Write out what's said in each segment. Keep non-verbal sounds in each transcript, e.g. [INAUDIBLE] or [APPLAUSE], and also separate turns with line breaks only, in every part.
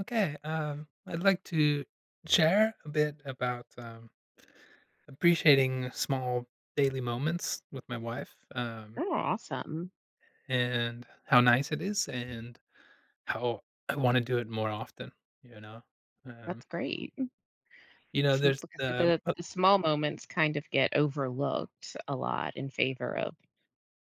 Okay, I'd like to share a bit about appreciating small daily moments with my wife
Oh, awesome.
and how nice it is and how I want to do it more often, you know. Um,
That's great.
you know,
Some,
there's
because
the
the, the small moments kind of get overlooked a lot in favor of,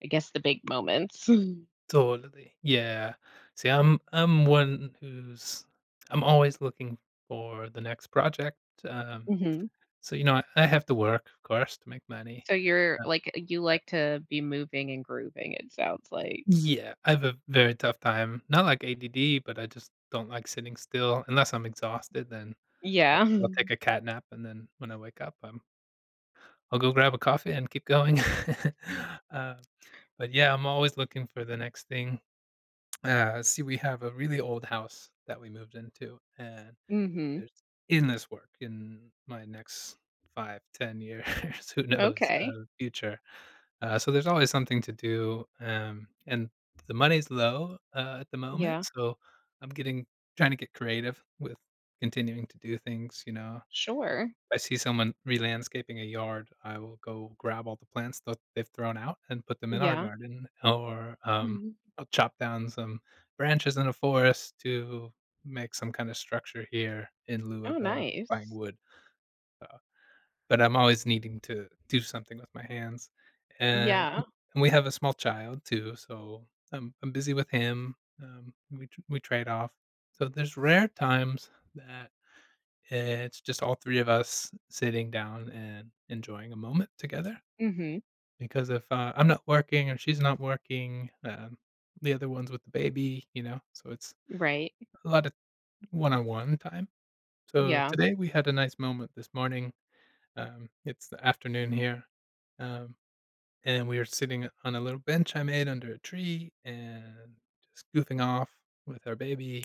I guess, the big moments. [LAUGHS]
Totally. Yeah. See, I'm one who's, I'm always looking for the next project. Um,
hmm
so I have to work, of course, to make money.
So you're like, you like to be moving and grooving, it sounds like.
Yeah, I have a very tough time. Not like ADD, but I just don't like sitting still unless I'm exhausted. Then I'll,
Yeah.
I'll take
[LAUGHS]
a cat nap, and then when I wake up, I'll go grab a coffee and keep going. [LAUGHS] uh, but yeah, I'm always looking for the next thing. See, we have a really old house that we moved into, and
hmm
there's endless work in my next 5, 10 years. [LAUGHS] Who knows
Okay.
future? So there's always something to do, and the money's low at the moment,
Yeah.
so I'm getting trying to get creative with continuing to do things. You know,
Sure.
if I see someone re-landscaping a yard, I will go grab all the plants that they've thrown out and put them in our
Yeah.
garden, or
hmm
I'll chop down some branches in a forest to make some kind of structure here in lieu
Oh,
of buying
nice.
wood, but I'm always needing to do something with my hands. Uh,
Yeah.
and we have a small child too, so I'm busy with him. We trade off. So there's rare times that it's just all three of us sitting down and enjoying a moment together.
hmm
Because if I'm not working or she's not working, the other one's with the baby, you know. So it's
Right.
a lot of one-on-one time. So
Yeah.
today we had a nice moment this morning. It's the afternoon here. Um, And we were sitting on a little bench I made under a tree and just goofing off with our baby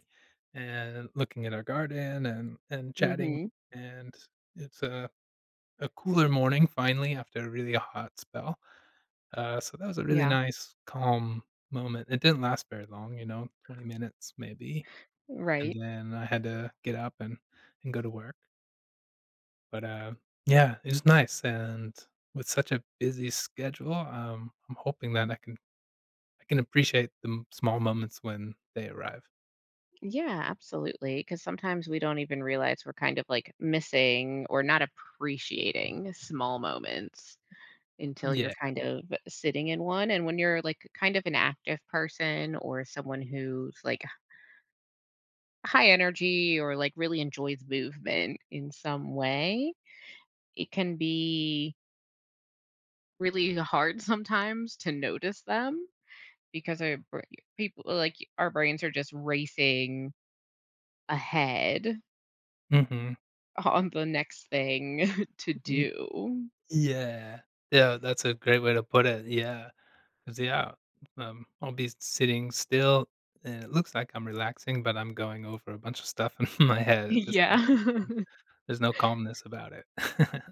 and looking at our garden and chatting.
hmm
And it's a cooler morning finally after a really hot spell. So that was a really
Yeah.
nice, calm moment. It didn't last very long, you know, 20 minutes maybe. And
Right.
then I had to get up and go to work. But yeah, it was nice. And with such a busy schedule, I'm hoping that I can appreciate the m small moments when they arrive.
Yeah, absolutely. Because sometimes we don't even realize we're kind of like missing or not appreciating small moments until you're
Yeah.
kind of sitting in one. And when you're like kind of an active person or someone who's like high energy or like really enjoys movement in some way, it can be really hard [LAUGHS] sometimes to notice them because people like our brains are just racing ahead
Mhm.
on the next thing [LAUGHS] to
Mm,
do.
yeah. Yeah, that's a great way to put it, yeah. 'Cause, yeah, I'll be sitting still, and it looks like I'm relaxing, but I'm going over a bunch of stuff in [LAUGHS] my head at the same
Yeah.
time.
[LAUGHS]
There's no calmness about it. [LAUGHS]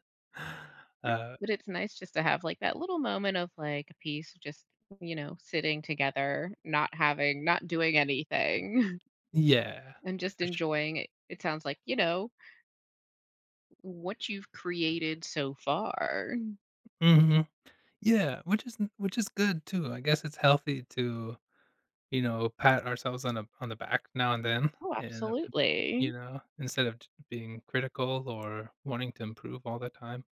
Uh,
But it's nice just to have, like, that little moment of, like, a piece just, you know, sitting together, not doing anything
yeah.
[LAUGHS] and just
For sure.
enjoying it. It sounds like, you know, what you've created so far.
Mhm. Yeah, which is n which is good too. I guess it's healthy to, you know, pat ourselves on the back now and then,
Oh,
and, you
absolutely.
know, instead of j being critical or wanting to improve all the time.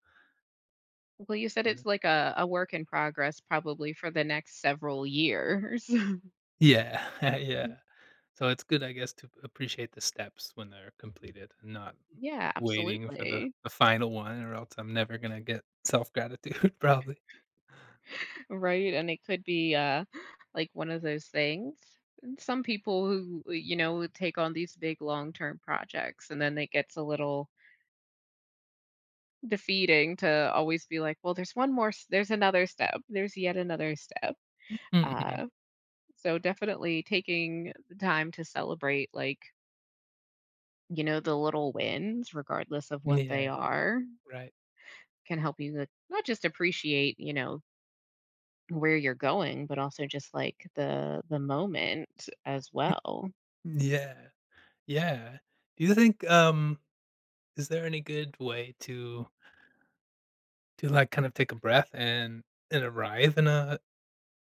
Well, you said
Yeah.
it's like a work in progress probably for the next several years. [LAUGHS]
Yeah, [LAUGHS] yeah. So it's good, I guess, to appreciate the steps when they're completed and not
Yeah,
waiting for the
absolutely.
the final one or else I'm never gonna get self-gratitude [LAUGHS] probably.
Right, and it could be like one of those things. And some people who, you know, take on these big long-term projects and then it gets a little defeating to always be like, well, there's one more, there's another step, there's yet another step.
Mhm.
Uh so definitely taking the time to celebrate like, you know, the little wins, regardless of what they
Yeah,
are,
right.
can help you like, not just appreciate, you know, where you're going, but also just like the moment as
[CLEARS THROAT]
well.
[LAUGHS] Yeah, yeah. Do you think, is there any good way to, like, kind of take a breath and arrive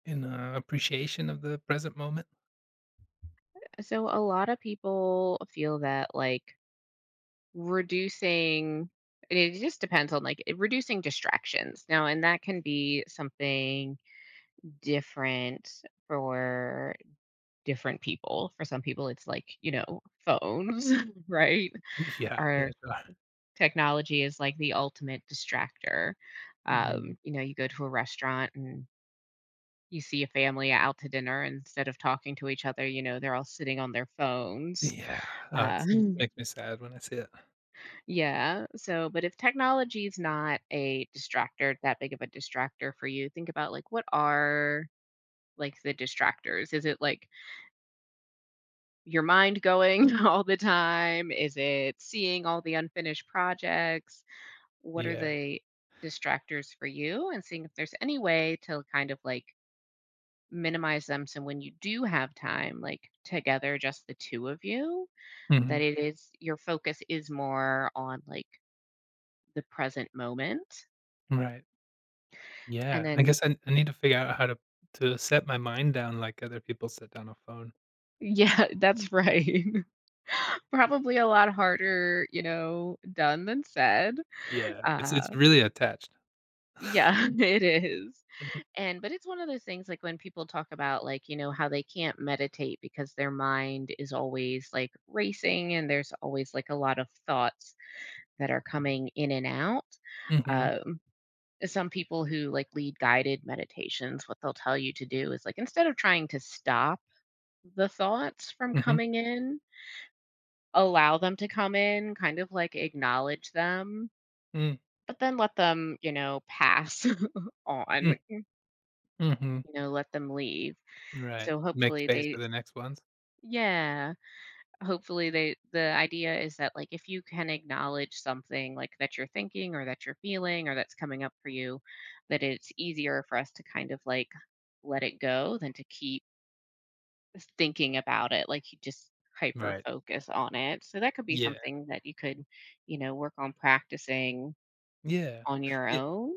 in a appreciation of the present moment?
So a lot of people feel that like reducing it just depends on like reducing distractions. Now, and that can be something different for different people. For some people, it's like, you know, phones, [LAUGHS] right?
Yeah, yeah,
Our
sure.
technology is like the ultimate distractor.
Mm.
You know, you go to a restaurant and you see a family out to dinner instead of talking to each other, you know, they're all sitting on their phones.
Yeah,
Uh,
it's it
[LAUGHS]
makes me sad when I see it.
Yeah. So, but if technology is not a distractor, that big of a distractor for you, think about like what are like the distractors? Is it like your mind going [LAUGHS] all the time? Is it seeing all the unfinished projects? What are
Yeah.
the distractors for you? And seeing if there's any way to kind of like minimize them. So when you do have time, like together, just the two of you, that
Mhm.
it is your focus is more on like the present moment.
Right.
And
Yeah, I
then
guess I need to figure out how to set my mind down like other people set down a phone.
yeah, [LAUGHS] that's right. [LAUGHS] Probably a lot harder, you know, done than said.
Yeah, it's
Uh,
really attached.
yeah, [LAUGHS]
[LAUGHS]
it is.
Mhm.
And but it's one of those things like when people talk about like, you know, how they can't meditate because their mind is always like racing and there's always like a lot of thoughts that are coming in and out.
Mhm.
Um some people who like lead guided meditations, what they'll tell you to do is like instead of trying to stop the thoughts from
Mhm.
coming in, allow them to come in, kind of, like, acknowledge them,
Mm,
but then let them, you know, pass [LAUGHS] on,
mm, mhm.
you know, let them leave.
Right.
So
Make
hopefully
space
they
for the next ones.
yeah, hopefully the idea is that, like, if you can acknowledge something, like, that you're thinking or that you're feeling or that's coming up for you, that it's easier for us to kind of, like, let it go than to keep thinking about it, like, you just hyper
Right.
focus on it. So that could be
Yeah.
something that you could, you know, work on practicing
Yeah.
on your
Ye
own?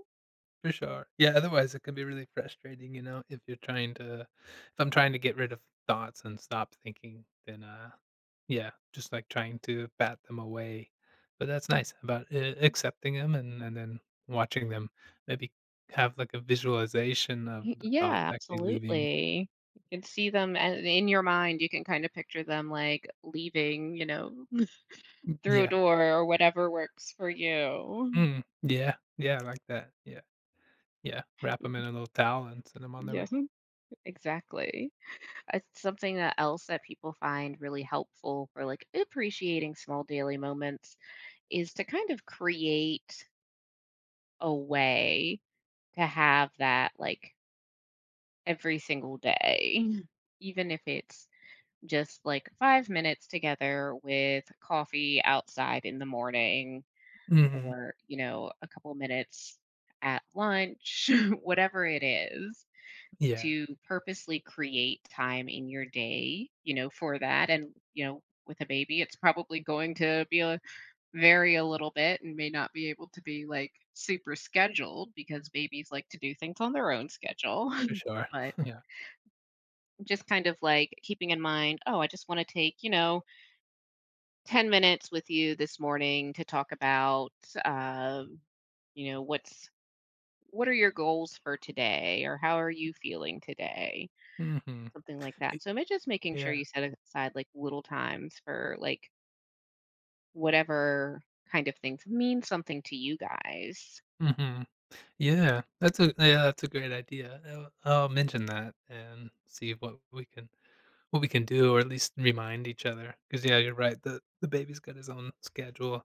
For sure. Yeah, otherwise it can be really frustrating, you know, if you're trying to if I'm trying to get rid of thoughts and stop thinking, then yeah, just like trying to bat them away. But that's nice about accepting them and then watching them maybe have like a visualization of
Y
the
Yeah,
thoughts actually leaving.
absolutely. You can see them and in your mind, you can kinda picture them, like, leaving, you know, [LAUGHS]
Mm,
through a
yeah.
door or whatever works for you.
Mm, yeah. Yeah, I like that. Yeah. Yeah. Wrap them in a little towel and send them on their way.
Yes, exactly. It's something that else that people find really helpful for, like, appreciating small daily moments is to kind of create a way to have that, like, every single day, [LAUGHS] even if it's just like 5 minutes together with coffee outside in the morning
Mhm.
or, you know, a couple minutes at lunch, [LAUGHS] whatever it is,
Yeah,
to purposely create time in your day, you know, for that. And, you know, with a baby, it's probably going to be a little bit and may not be able to be like super scheduled because babies like to do things on their own schedule.
for
[LAUGHS]
sure.
But
[LAUGHS] Yeah.
just kind of like keeping in mind, oh, I just want to take, you know, 10 minutes with you this morning to talk about um, you know what are your goals for today or how are you feeling today,
Mhm.
something like that.
It-
So just making sure
Yeah.
you set aside like little times for like whatever kind of things mean something to you guys.
Mhm. Yeah, that's a great idea. I'll mention that and see what we can, what we can do, or at least remind each other. Because yeah, you're right. The baby's got his own schedule,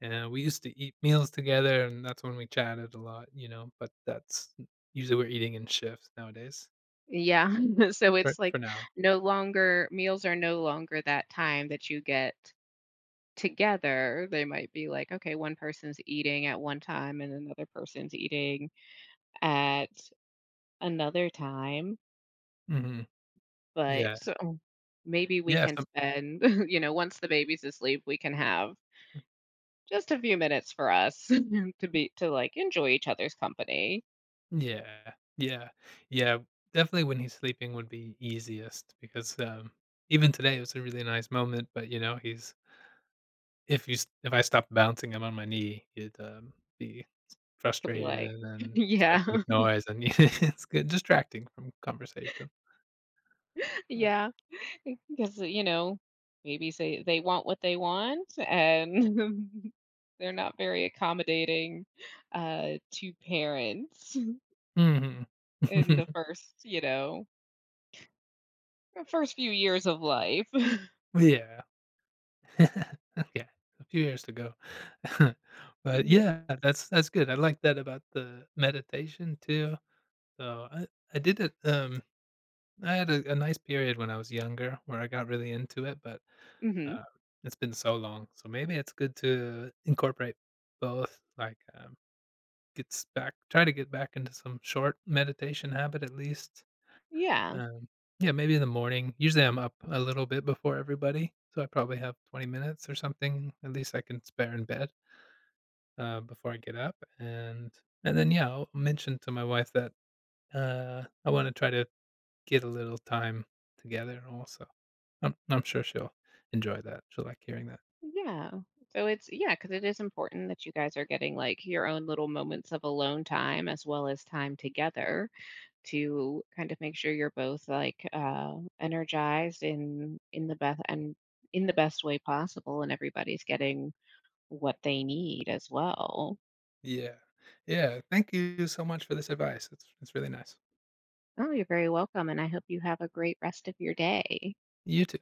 and we used to eat meals together, and that's when we chatted a lot, you know. But that's Usually we're eating in shifts nowadays.
Yeah, [LAUGHS] so it's like
For now.
no longer, meals are no longer that time that you get together. They might be like, okay, one person's eating at one time and another person's eating at another time,
Hmm
but
Yeah.
so maybe we
Yeah.
can
Some,
spend, [LAUGHS] you know, once the baby's asleep, we can have just a few minutes for us [LAUGHS] to like enjoy each other's company.
yeah. Yeah. Yeah. Definitely when he's sleeping would be easiest because even today it was a really nice moment, but you know he's if you s if I stopped bouncing him on my knee, he'd, be
Could be
frustrated
like,
and
[LAUGHS]
then start
yeah,
to make noise, and [LAUGHS] it's good distracting from conversation.
[LAUGHS]
Yeah.
yeah, because you know, maybe say they want what they want and [LAUGHS] they're not very accommodating to parents [LAUGHS]
Mhm.
in the
[LAUGHS]
first, you know, first few years of life.
Yeah. [LAUGHS] Okay, a few years to go. [LAUGHS] But,
[LAUGHS] Yeah.
yeah, that's good. I like that about the meditation too. So I did it, I had a nice period when I was younger where I got really into it, but
hmm
um, it's been so long. So maybe it's good to incorporate both. Like, gets back, try to get back into some short meditation habit at least.
Yeah.
Um, yeah, maybe in the morning. Usually I'm up a little bit before everybody, so I probably have 20 minutes or something. At least I can spare in bed before I get up, and then yeah, I'll mention to my wife that I want to try to get a little time together also. I'm sure she'll enjoy that. She'll like hearing that.
Yeah. So it's yeah, because it is important that you guys are getting like your own little moments of alone time as well as time together to kind of make sure you're both like energized in the best and in the best way possible, and everybody's getting what they need as well.
Yeah. Yeah, thank you so much for this advice. It's really nice.
Oh, you're very welcome, and I hope you have a great rest of your day.
You too.